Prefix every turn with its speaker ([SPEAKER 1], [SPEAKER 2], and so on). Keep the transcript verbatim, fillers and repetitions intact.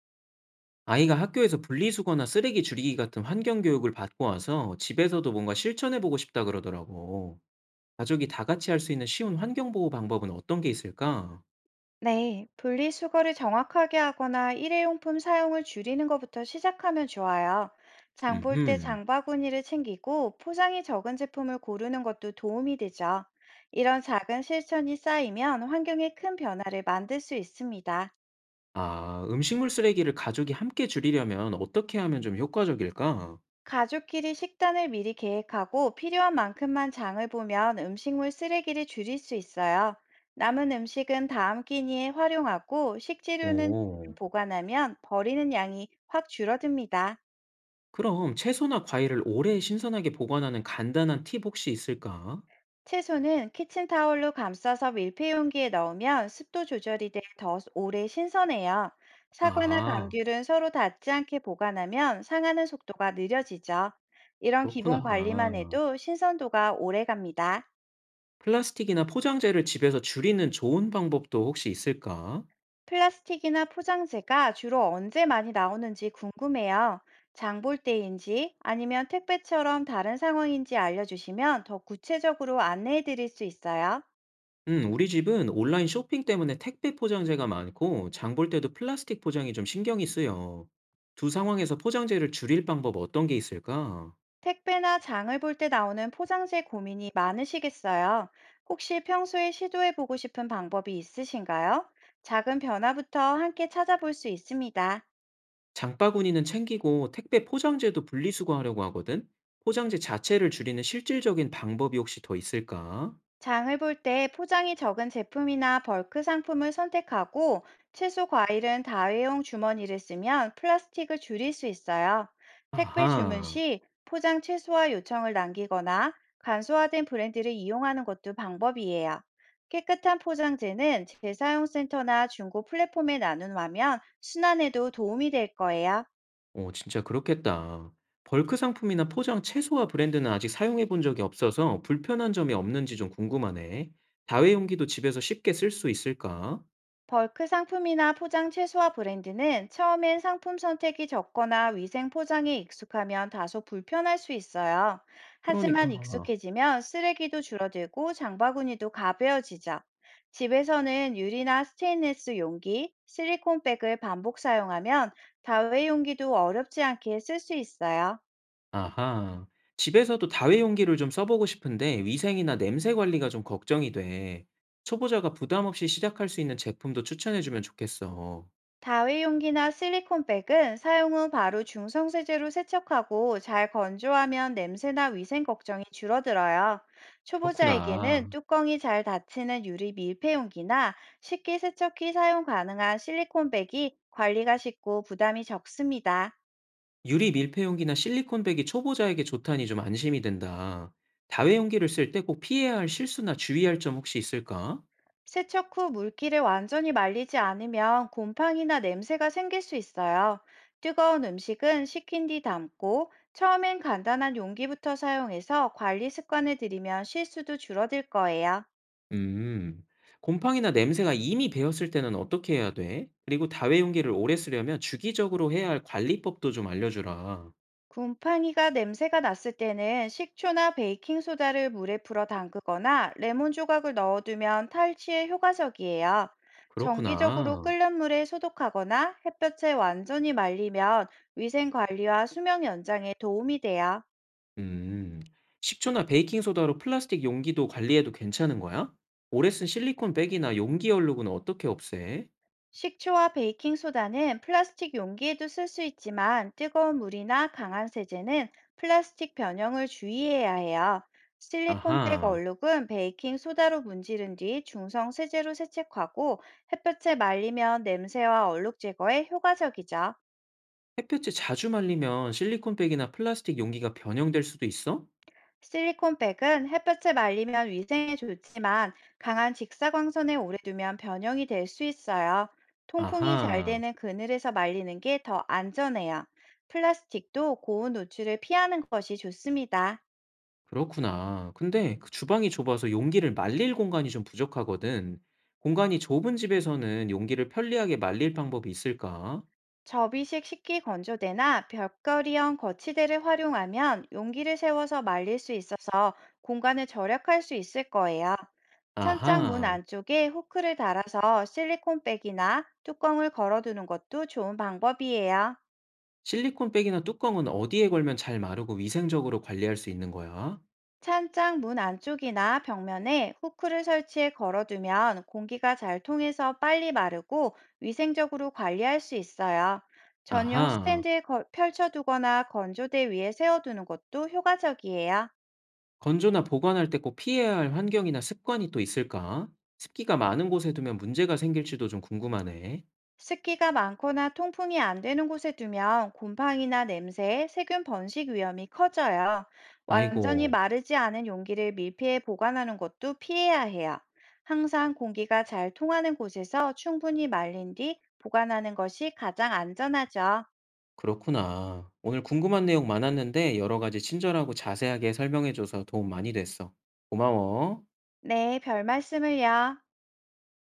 [SPEAKER 1] 아이가 학교에서 분리수거나 쓰레기 줄이기 같은 환경 교육을 받고 와서 집에서도 뭔가 실천해 보고 싶다 그러더라고. 가족이 다 같이 할 수 있는 쉬운 환경 보호 방법은 어떤 게 있을까?
[SPEAKER 2] 네, 분리수거를 정확하게 하거나 일회용품 사용을 줄이는 것부터 시작하면 좋아요. 장볼 때
[SPEAKER 1] 음.
[SPEAKER 2] 장바구니를 챙기고 포장이 적은 제품을 고르는 것도 도움이 되죠. 이런 작은 실천이 쌓이면 환경에 큰 변화를 만들 수 있습니다.
[SPEAKER 1] 아, 음식물 쓰레기를 가족이 함께 줄이려면 어떻게 하면 좀 효과적일까?
[SPEAKER 2] 가족끼리 식단을 미리 계획하고 필요한 만큼만 장을 보면 음식물 쓰레기를 줄일 수 있어요. 남은 음식은 다음 끼니에 활용하고, 식재료는
[SPEAKER 1] 오.
[SPEAKER 2] 보관하면 버리는 양이 확 줄어듭니다.
[SPEAKER 1] 그럼 채소나 과일을 오래 신선하게 보관하는 간단한 팁 혹시 있을까?
[SPEAKER 2] 채소는 키친타올로 감싸서 밀폐용기에 넣으면 습도 조절이 돼 더 오래 신선해요. 사과나
[SPEAKER 1] 아,
[SPEAKER 2] 감귤은 서로 닿지 않게 보관하면 상하는 속도가 느려지죠. 이런 기본
[SPEAKER 1] 그렇구나.
[SPEAKER 2] 관리만 해도 신선도가 오래 갑니다.
[SPEAKER 1] 플라스틱이나 포장재를 집에서 줄이는 좋은 방법도 혹시 있을까?
[SPEAKER 2] 플라스틱이나 포장재가 주로 언제 많이 나오는지 궁금해요. 장볼 때인지, 아니면 택배처럼 다른 상황인지 알려주시면 더 구체적으로 안내해 드릴 수 있어요.
[SPEAKER 1] 음, 우리 집은 온라인 쇼핑 때문에 택배 포장재가 많고, 장볼 때도 플라스틱 포장이 좀 신경이 쓰여. 두 상황에서 포장재를 줄일 방법 어떤 게 있을까?
[SPEAKER 2] 택배나 장을 볼 때 나오는 포장재 고민이 많으시겠어요? 혹시 평소에 시도해 보고 싶은 방법이 있으신가요? 작은 변화부터 함께 찾아볼 수 있습니다.
[SPEAKER 1] 장바구니는 챙기고 택배 포장재도 분리수거하려고 하거든? 포장재 자체를 줄이는 실질적인 방법이 혹시 더 있을까?
[SPEAKER 2] 장을 볼 때 포장이 적은 제품이나 벌크 상품을 선택하고, 채소 과일은 다회용 주머니를 쓰면 플라스틱을 줄일 수 있어요. 택배 주문
[SPEAKER 1] 아하,
[SPEAKER 2] 시 포장 최소화 요청을 남기거나 간소화된 브랜드를 이용하는 것도 방법이에요. 깨끗한 포장재는 재사용 센터나 중고 플랫폼에 나눈다면 순환에도 도움이 될 거예요.
[SPEAKER 1] 어, 진짜 그렇겠다. 벌크 상품이나 포장 채소와 브랜드는 아직 사용해 본 적이 없어서 불편한 점이 없는지 좀 궁금하네. 다회용기도 집에서 쉽게 쓸 수 있을까?
[SPEAKER 2] 벌크 상품이나 포장 채소와 브랜드는 처음엔 상품 선택이 적거나 위생 포장에 익숙하면 다소 불편할 수 있어요. 하지만
[SPEAKER 1] 그러니까.
[SPEAKER 2] 익숙해지면 쓰레기도 줄어들고 장바구니도 가벼워지죠. 집에서는 유리나 스테인리스 용기, 실리콘백을 반복 사용하면 다회용기도 어렵지 않게 쓸 수 있어요.
[SPEAKER 1] 아하. 집에서도 다회용기를 좀 써보고 싶은데 위생이나 냄새 관리가 좀 걱정이 돼. 초보자가 부담 없이 시작할 수 있는 제품도 추천해주면 좋겠어.
[SPEAKER 2] 다회용기나 실리콘백은 사용 후 바로 중성세제로 세척하고 잘 건조하면 냄새나 위생 걱정이 줄어들어요. 초보자에게는
[SPEAKER 1] 그렇구나.
[SPEAKER 2] 뚜껑이 잘 닫히는 유리 밀폐용기나 식기 세척기 사용 가능한 실리콘백이 관리가 쉽고 부담이 적습니다.
[SPEAKER 1] 유리 밀폐용기나 실리콘백이 초보자에게 좋다니 좀 안심이 된다. 다회용기를 쓸 때 꼭 피해야 할 실수나 주의할 점 혹시 있을까?
[SPEAKER 2] 세척 후 물기를 완전히 말리지 않으면 곰팡이나 냄새가 생길 수 있어요. 뜨거운 음식은 식힌 뒤 담고, 처음엔 간단한 용기부터 사용해서 관리 습관을 들이면 실수도 줄어들 거예요.
[SPEAKER 1] 음. 곰팡이나 냄새가 이미 배었을 때는 어떻게 해야 돼? 그리고 다회용기를 오래 쓰려면 주기적으로 해야 할 관리법도 좀 알려주라.
[SPEAKER 2] 곰팡이가 냄새가 났을 때는 식초나 베이킹소다를 물에 풀어 담그거나 레몬 조각을 넣어두면 탈취에 효과적이에요. 정기적으로
[SPEAKER 1] 그렇구나.
[SPEAKER 2] 끓는 물에 소독하거나 햇볕에 완전히 말리면 위생 관리와 수명 연장에 도움이 돼요.
[SPEAKER 1] 음, 식초나 베이킹소다로 플라스틱 용기도 관리해도 괜찮은 거야? 오래 쓴 실리콘백이나 용기 얼룩은 어떻게 없애?
[SPEAKER 2] 식초와 베이킹소다는 플라스틱 용기에도 쓸 수 있지만, 뜨거운 물이나 강한 세제는 플라스틱 변형을 주의해야 해요. 실리콘백
[SPEAKER 1] 아하,
[SPEAKER 2] 얼룩은 베이킹소다로 문지른 뒤 중성 세제로 세척하고 햇볕에 말리면 냄새와 얼룩 제거에 효과적이죠.
[SPEAKER 1] 햇볕에 자주 말리면 실리콘백이나 플라스틱 용기가 변형될 수도 있어?
[SPEAKER 2] 실리콘백은 햇볕에 말리면 위생에 좋지만, 강한 직사광선에 오래 두면 변형이 될 수 있어요. 통풍이 잘
[SPEAKER 1] 아하,
[SPEAKER 2] 되는 그늘에서 말리는 게 더 안전해요. 플라스틱도 고온 노출을 피하는 것이 좋습니다.
[SPEAKER 1] 그렇구나. 근데 그 주방이 좁아서 용기를 말릴 공간이 좀 부족하거든. 공간이 좁은 집에서는 용기를 편리하게 말릴 방법이 있을까?
[SPEAKER 2] 접이식 식기 건조대나 벽걸이형 거치대를 활용하면 용기를 세워서 말릴 수 있어서 공간을 절약할 수 있을 거예요. 천장 문
[SPEAKER 1] 아하,
[SPEAKER 2] 안쪽에 후크를 달아서 실리콘백이나 뚜껑을 걸어두는 것도 좋은 방법이에요.
[SPEAKER 1] 실리콘백이나 뚜껑은 어디에 걸면 잘 마르고 위생적으로 관리할 수 있는 거야?
[SPEAKER 2] 찬장 문 안쪽이나 벽면에 후크를 설치해 걸어두면 공기가 잘 통해서 빨리 마르고 위생적으로 관리할 수 있어요. 전용
[SPEAKER 1] 아하.
[SPEAKER 2] 스탠드에 거- 펼쳐두거나 건조대 위에 세워두는 것도 효과적이에요.
[SPEAKER 1] 건조나 보관할 때 꼭 피해야 할 환경이나 습관이 또 있을까? 습기가 많은 곳에 두면 문제가 생길지도 좀 궁금하네.
[SPEAKER 2] 습기가 많거나 통풍이 안 되는 곳에 두면 곰팡이나 냄새, 세균 번식 위험이 커져요. 완전히
[SPEAKER 1] 아이고,
[SPEAKER 2] 마르지 않은 용기를 밀폐해 보관하는 것도 피해야 해요. 항상 공기가 잘 통하는 곳에서 충분히 말린 뒤 보관하는 것이 가장 안전하죠.
[SPEAKER 1] 그렇구나. 오늘 궁금한 내용 많았는데 여러 가지 친절하고 자세하게 설명해줘서 도움 많이 됐어. 고마워.
[SPEAKER 2] 네, 별 말씀을요.